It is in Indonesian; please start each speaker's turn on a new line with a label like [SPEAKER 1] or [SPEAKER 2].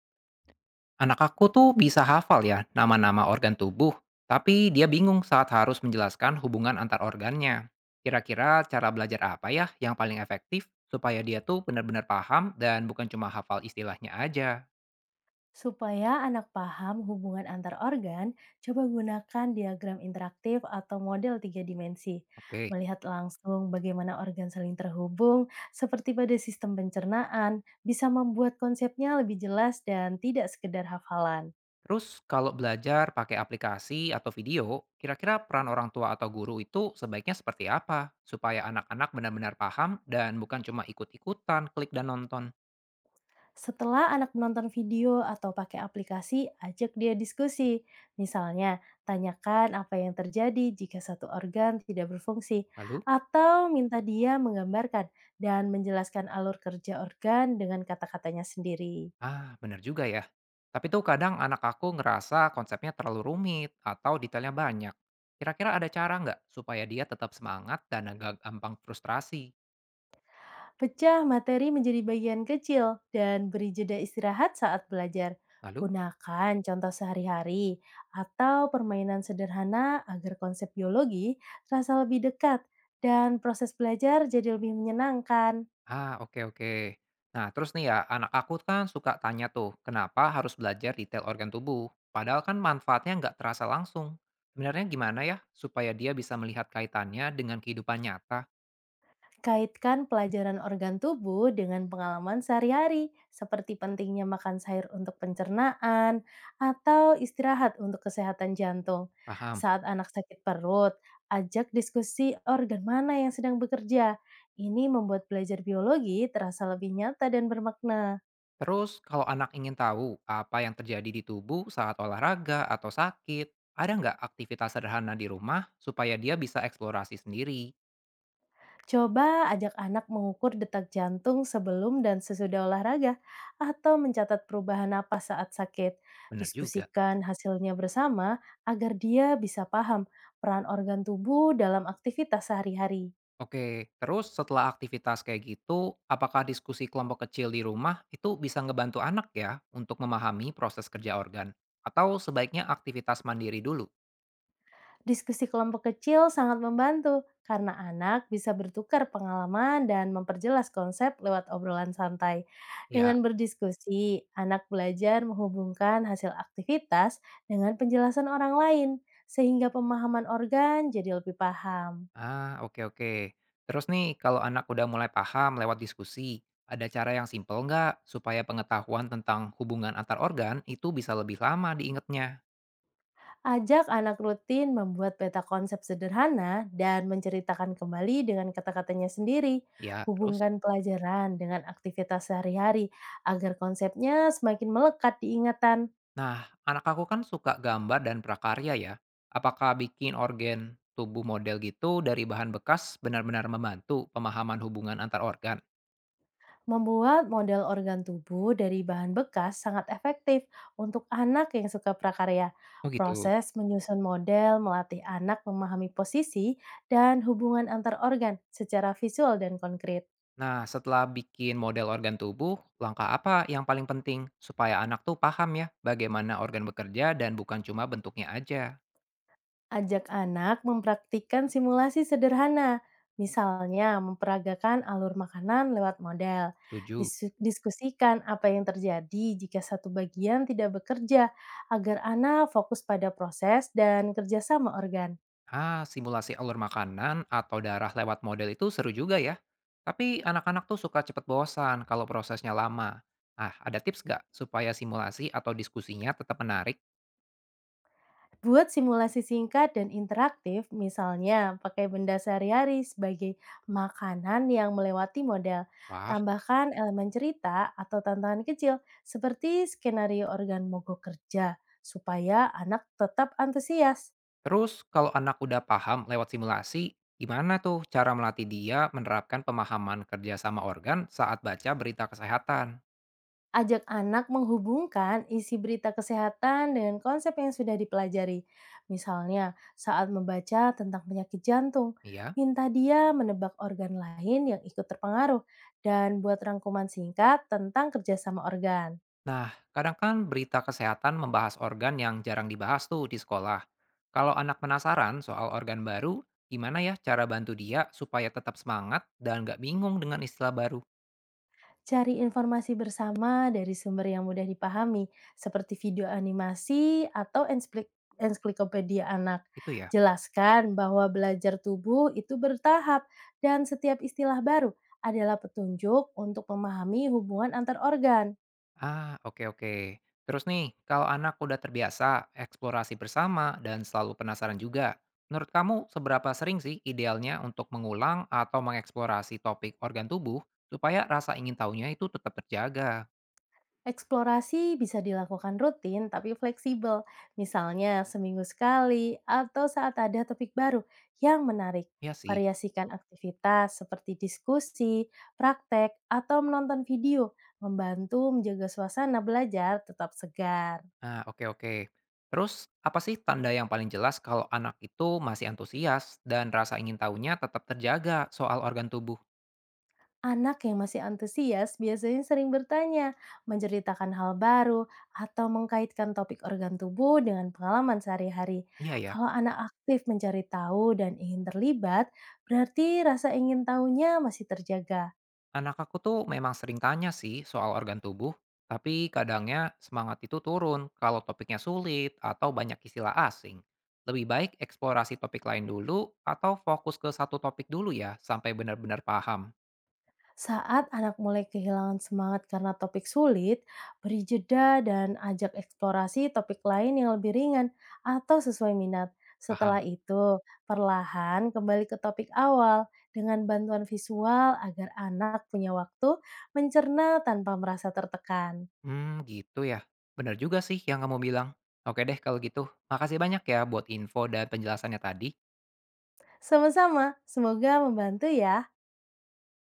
[SPEAKER 1] Anak aku tuh bisa hafal ya nama-nama organ tubuh, tapi dia bingung saat harus menjelaskan hubungan antar organnya. Kira-kira cara belajar apa ya yang paling efektif supaya dia tuh benar-benar paham dan bukan cuma hafal istilahnya aja.
[SPEAKER 2] Supaya anak paham hubungan antar organ, coba gunakan diagram interaktif atau model tiga dimensi.
[SPEAKER 1] Oke.
[SPEAKER 2] Melihat langsung bagaimana organ saling terhubung, seperti pada sistem pencernaan, bisa membuat konsepnya lebih jelas dan tidak sekedar hafalan.
[SPEAKER 1] Terus kalau belajar pakai aplikasi atau video, kira-kira peran orang tua atau guru itu sebaiknya seperti apa supaya anak-anak benar-benar paham dan bukan cuma ikut-ikutan klik dan nonton.
[SPEAKER 2] Setelah anak menonton video atau pakai aplikasi, ajak dia diskusi. Misalnya, tanyakan apa yang terjadi jika satu organ tidak berfungsi,
[SPEAKER 1] Lalu.
[SPEAKER 2] atau minta dia menggambarkan dan menjelaskan alur kerja organ dengan kata-katanya sendiri.
[SPEAKER 1] Bener juga ya. Tapi tuh kadang anak aku ngerasa konsepnya terlalu rumit atau detailnya banyak. Kira-kira ada cara nggak supaya dia tetap semangat dan agak gampang frustrasi?
[SPEAKER 2] Pecah materi menjadi bagian kecil dan beri jeda istirahat saat belajar.
[SPEAKER 1] Lalu?
[SPEAKER 2] Gunakan contoh sehari-hari atau permainan sederhana agar konsep biologi terasa lebih dekat dan proses belajar jadi lebih menyenangkan.
[SPEAKER 1] Oke oke. Nah, terus nih ya, anak aku kan suka tanya tuh, kenapa harus belajar detail organ tubuh? Padahal kan manfaatnya nggak terasa langsung. Sebenarnya gimana ya supaya dia bisa melihat kaitannya dengan kehidupan nyata?
[SPEAKER 2] Kaitkan pelajaran organ tubuh dengan pengalaman sehari-hari, seperti pentingnya makan sayur untuk pencernaan atau istirahat untuk kesehatan jantung.
[SPEAKER 1] Paham?
[SPEAKER 2] Saat anak sakit perut, ajak diskusi organ mana yang sedang bekerja. Ini membuat belajar biologi terasa lebih nyata dan bermakna.
[SPEAKER 1] Terus, kalau anak ingin tahu apa yang terjadi di tubuh saat olahraga atau sakit, ada nggak aktivitas sederhana di rumah supaya dia bisa eksplorasi sendiri?
[SPEAKER 2] Coba ajak anak mengukur detak jantung sebelum dan sesudah olahraga, atau mencatat perubahan napas saat sakit.
[SPEAKER 1] Bener juga.
[SPEAKER 2] Diskusikan hasilnya bersama agar dia bisa paham peran organ tubuh dalam aktivitas sehari-hari.
[SPEAKER 1] Oke, terus setelah aktivitas kayak gitu, apakah diskusi kelompok kecil di rumah itu bisa ngebantu anak ya untuk memahami proses kerja organ? Atau sebaiknya aktivitas mandiri dulu?
[SPEAKER 2] Diskusi kelompok kecil sangat membantu karena anak bisa bertukar pengalaman dan memperjelas konsep lewat obrolan santai.
[SPEAKER 1] Ya.
[SPEAKER 2] Dengan berdiskusi, anak belajar menghubungkan hasil aktivitas dengan penjelasan orang lain, sehingga pemahaman organ jadi lebih paham.
[SPEAKER 1] Oke oke. Terus nih, kalau anak udah mulai paham lewat diskusi, ada cara yang simpel nggak supaya pengetahuan tentang hubungan antar organ itu bisa lebih lama diingetnya?
[SPEAKER 2] Ajak anak rutin membuat peta konsep sederhana dan menceritakan kembali dengan kata-katanya sendiri.
[SPEAKER 1] Ya, terus?
[SPEAKER 2] Hubungkan pelajaran dengan aktivitas sehari-hari agar konsepnya semakin melekat di ingatan.
[SPEAKER 1] Nah, anak aku kan suka gambar dan prakarya ya. Apakah bikin organ tubuh model gitu dari bahan bekas benar-benar membantu pemahaman hubungan antar organ?
[SPEAKER 2] Membuat model organ tubuh dari bahan bekas sangat efektif untuk anak yang suka prakarya.
[SPEAKER 1] Oh gitu.
[SPEAKER 2] Proses menyusun model melatih anak memahami posisi dan hubungan antar organ secara visual dan konkret.
[SPEAKER 1] Nah, setelah bikin model organ tubuh, langkah apa yang paling penting supaya anak tuh paham ya bagaimana organ bekerja dan bukan cuma bentuknya aja?
[SPEAKER 2] Ajak anak mempraktikkan simulasi sederhana, misalnya memperagakan alur makanan lewat model.
[SPEAKER 1] Setuju.
[SPEAKER 2] Diskusikan apa yang terjadi jika satu bagian tidak bekerja, agar anak fokus pada proses dan kerjasama organ.
[SPEAKER 1] Simulasi alur makanan atau darah lewat model itu seru juga ya. Tapi anak-anak tuh suka cepet bosan kalau prosesnya lama. Ada tips nggak supaya simulasi atau diskusinya tetap menarik?
[SPEAKER 2] Buat simulasi singkat dan interaktif, misalnya pakai benda sehari-hari sebagai makanan yang melewati model.
[SPEAKER 1] Wah,
[SPEAKER 2] Tambahkan elemen cerita atau tantangan kecil seperti skenario organ mogok kerja supaya anak tetap antusias.
[SPEAKER 1] terus kalau anak udah paham lewat simulasi, gimana tuh cara melatih dia menerapkan pemahaman kerja sama organ saat baca berita kesehatan?
[SPEAKER 2] Ajak anak menghubungkan isi berita kesehatan dengan konsep yang sudah dipelajari. Misalnya, saat membaca tentang penyakit jantung,
[SPEAKER 1] Iya.
[SPEAKER 2] minta dia menebak organ lain yang ikut terpengaruh dan buat rangkuman singkat tentang kerjasama organ.
[SPEAKER 1] Nah, kadang kan berita kesehatan membahas organ yang jarang dibahas tuh di sekolah. Kalau anak penasaran soal organ baru, gimana ya cara bantu dia supaya tetap semangat dan nggak bingung dengan istilah baru?
[SPEAKER 2] Cari informasi bersama dari sumber yang mudah dipahami, seperti video animasi atau ensiklopedia anak.
[SPEAKER 1] Itu ya.
[SPEAKER 2] Jelaskan bahwa belajar tubuh itu bertahap dan setiap istilah baru adalah petunjuk untuk memahami hubungan antar organ.
[SPEAKER 1] Oke oke. Terus nih, kalau anak udah terbiasa eksplorasi bersama dan selalu penasaran juga, menurut kamu seberapa sering sih idealnya untuk mengulang atau mengeksplorasi topik organ tubuh supaya rasa ingin tahunya itu tetap terjaga?
[SPEAKER 2] Eksplorasi bisa dilakukan rutin tapi fleksibel, misalnya seminggu sekali atau saat ada topik baru yang menarik.
[SPEAKER 1] Ya sih.
[SPEAKER 2] Variasikan aktivitas seperti diskusi, praktek, atau menonton video membantu menjaga suasana belajar tetap segar.
[SPEAKER 1] Oke oke. Terus, apa sih tanda yang paling jelas kalau anak itu masih antusias dan rasa ingin tahunya tetap terjaga soal organ tubuh?
[SPEAKER 2] Anak yang masih antusias biasanya sering bertanya, menceritakan hal baru, atau mengkaitkan topik organ tubuh dengan pengalaman sehari-hari.
[SPEAKER 1] Iya ya,
[SPEAKER 2] Kalau anak aktif mencari tahu dan ingin terlibat, berarti rasa ingin tahunya masih terjaga.
[SPEAKER 1] anak aku tuh memang sering tanya sih soal organ tubuh, tapi kadangnya semangat itu turun kalau topiknya sulit atau banyak istilah asing. Lebih baik eksplorasi topik lain dulu atau fokus ke satu topik dulu ya sampai benar-benar paham.
[SPEAKER 2] Saat anak mulai kehilangan semangat karena topik sulit, beri jeda dan ajak eksplorasi topik lain yang lebih ringan atau sesuai minat. Setelah
[SPEAKER 1] Paham.
[SPEAKER 2] itu, perlahan kembali ke topik awal dengan bantuan visual agar anak punya waktu mencerna tanpa merasa tertekan.
[SPEAKER 1] Hmm, gitu ya. Bener juga sih yang kamu bilang. Oke deh kalau gitu. Makasih banyak ya buat info dan penjelasannya tadi.
[SPEAKER 2] Sama-sama, semoga membantu ya.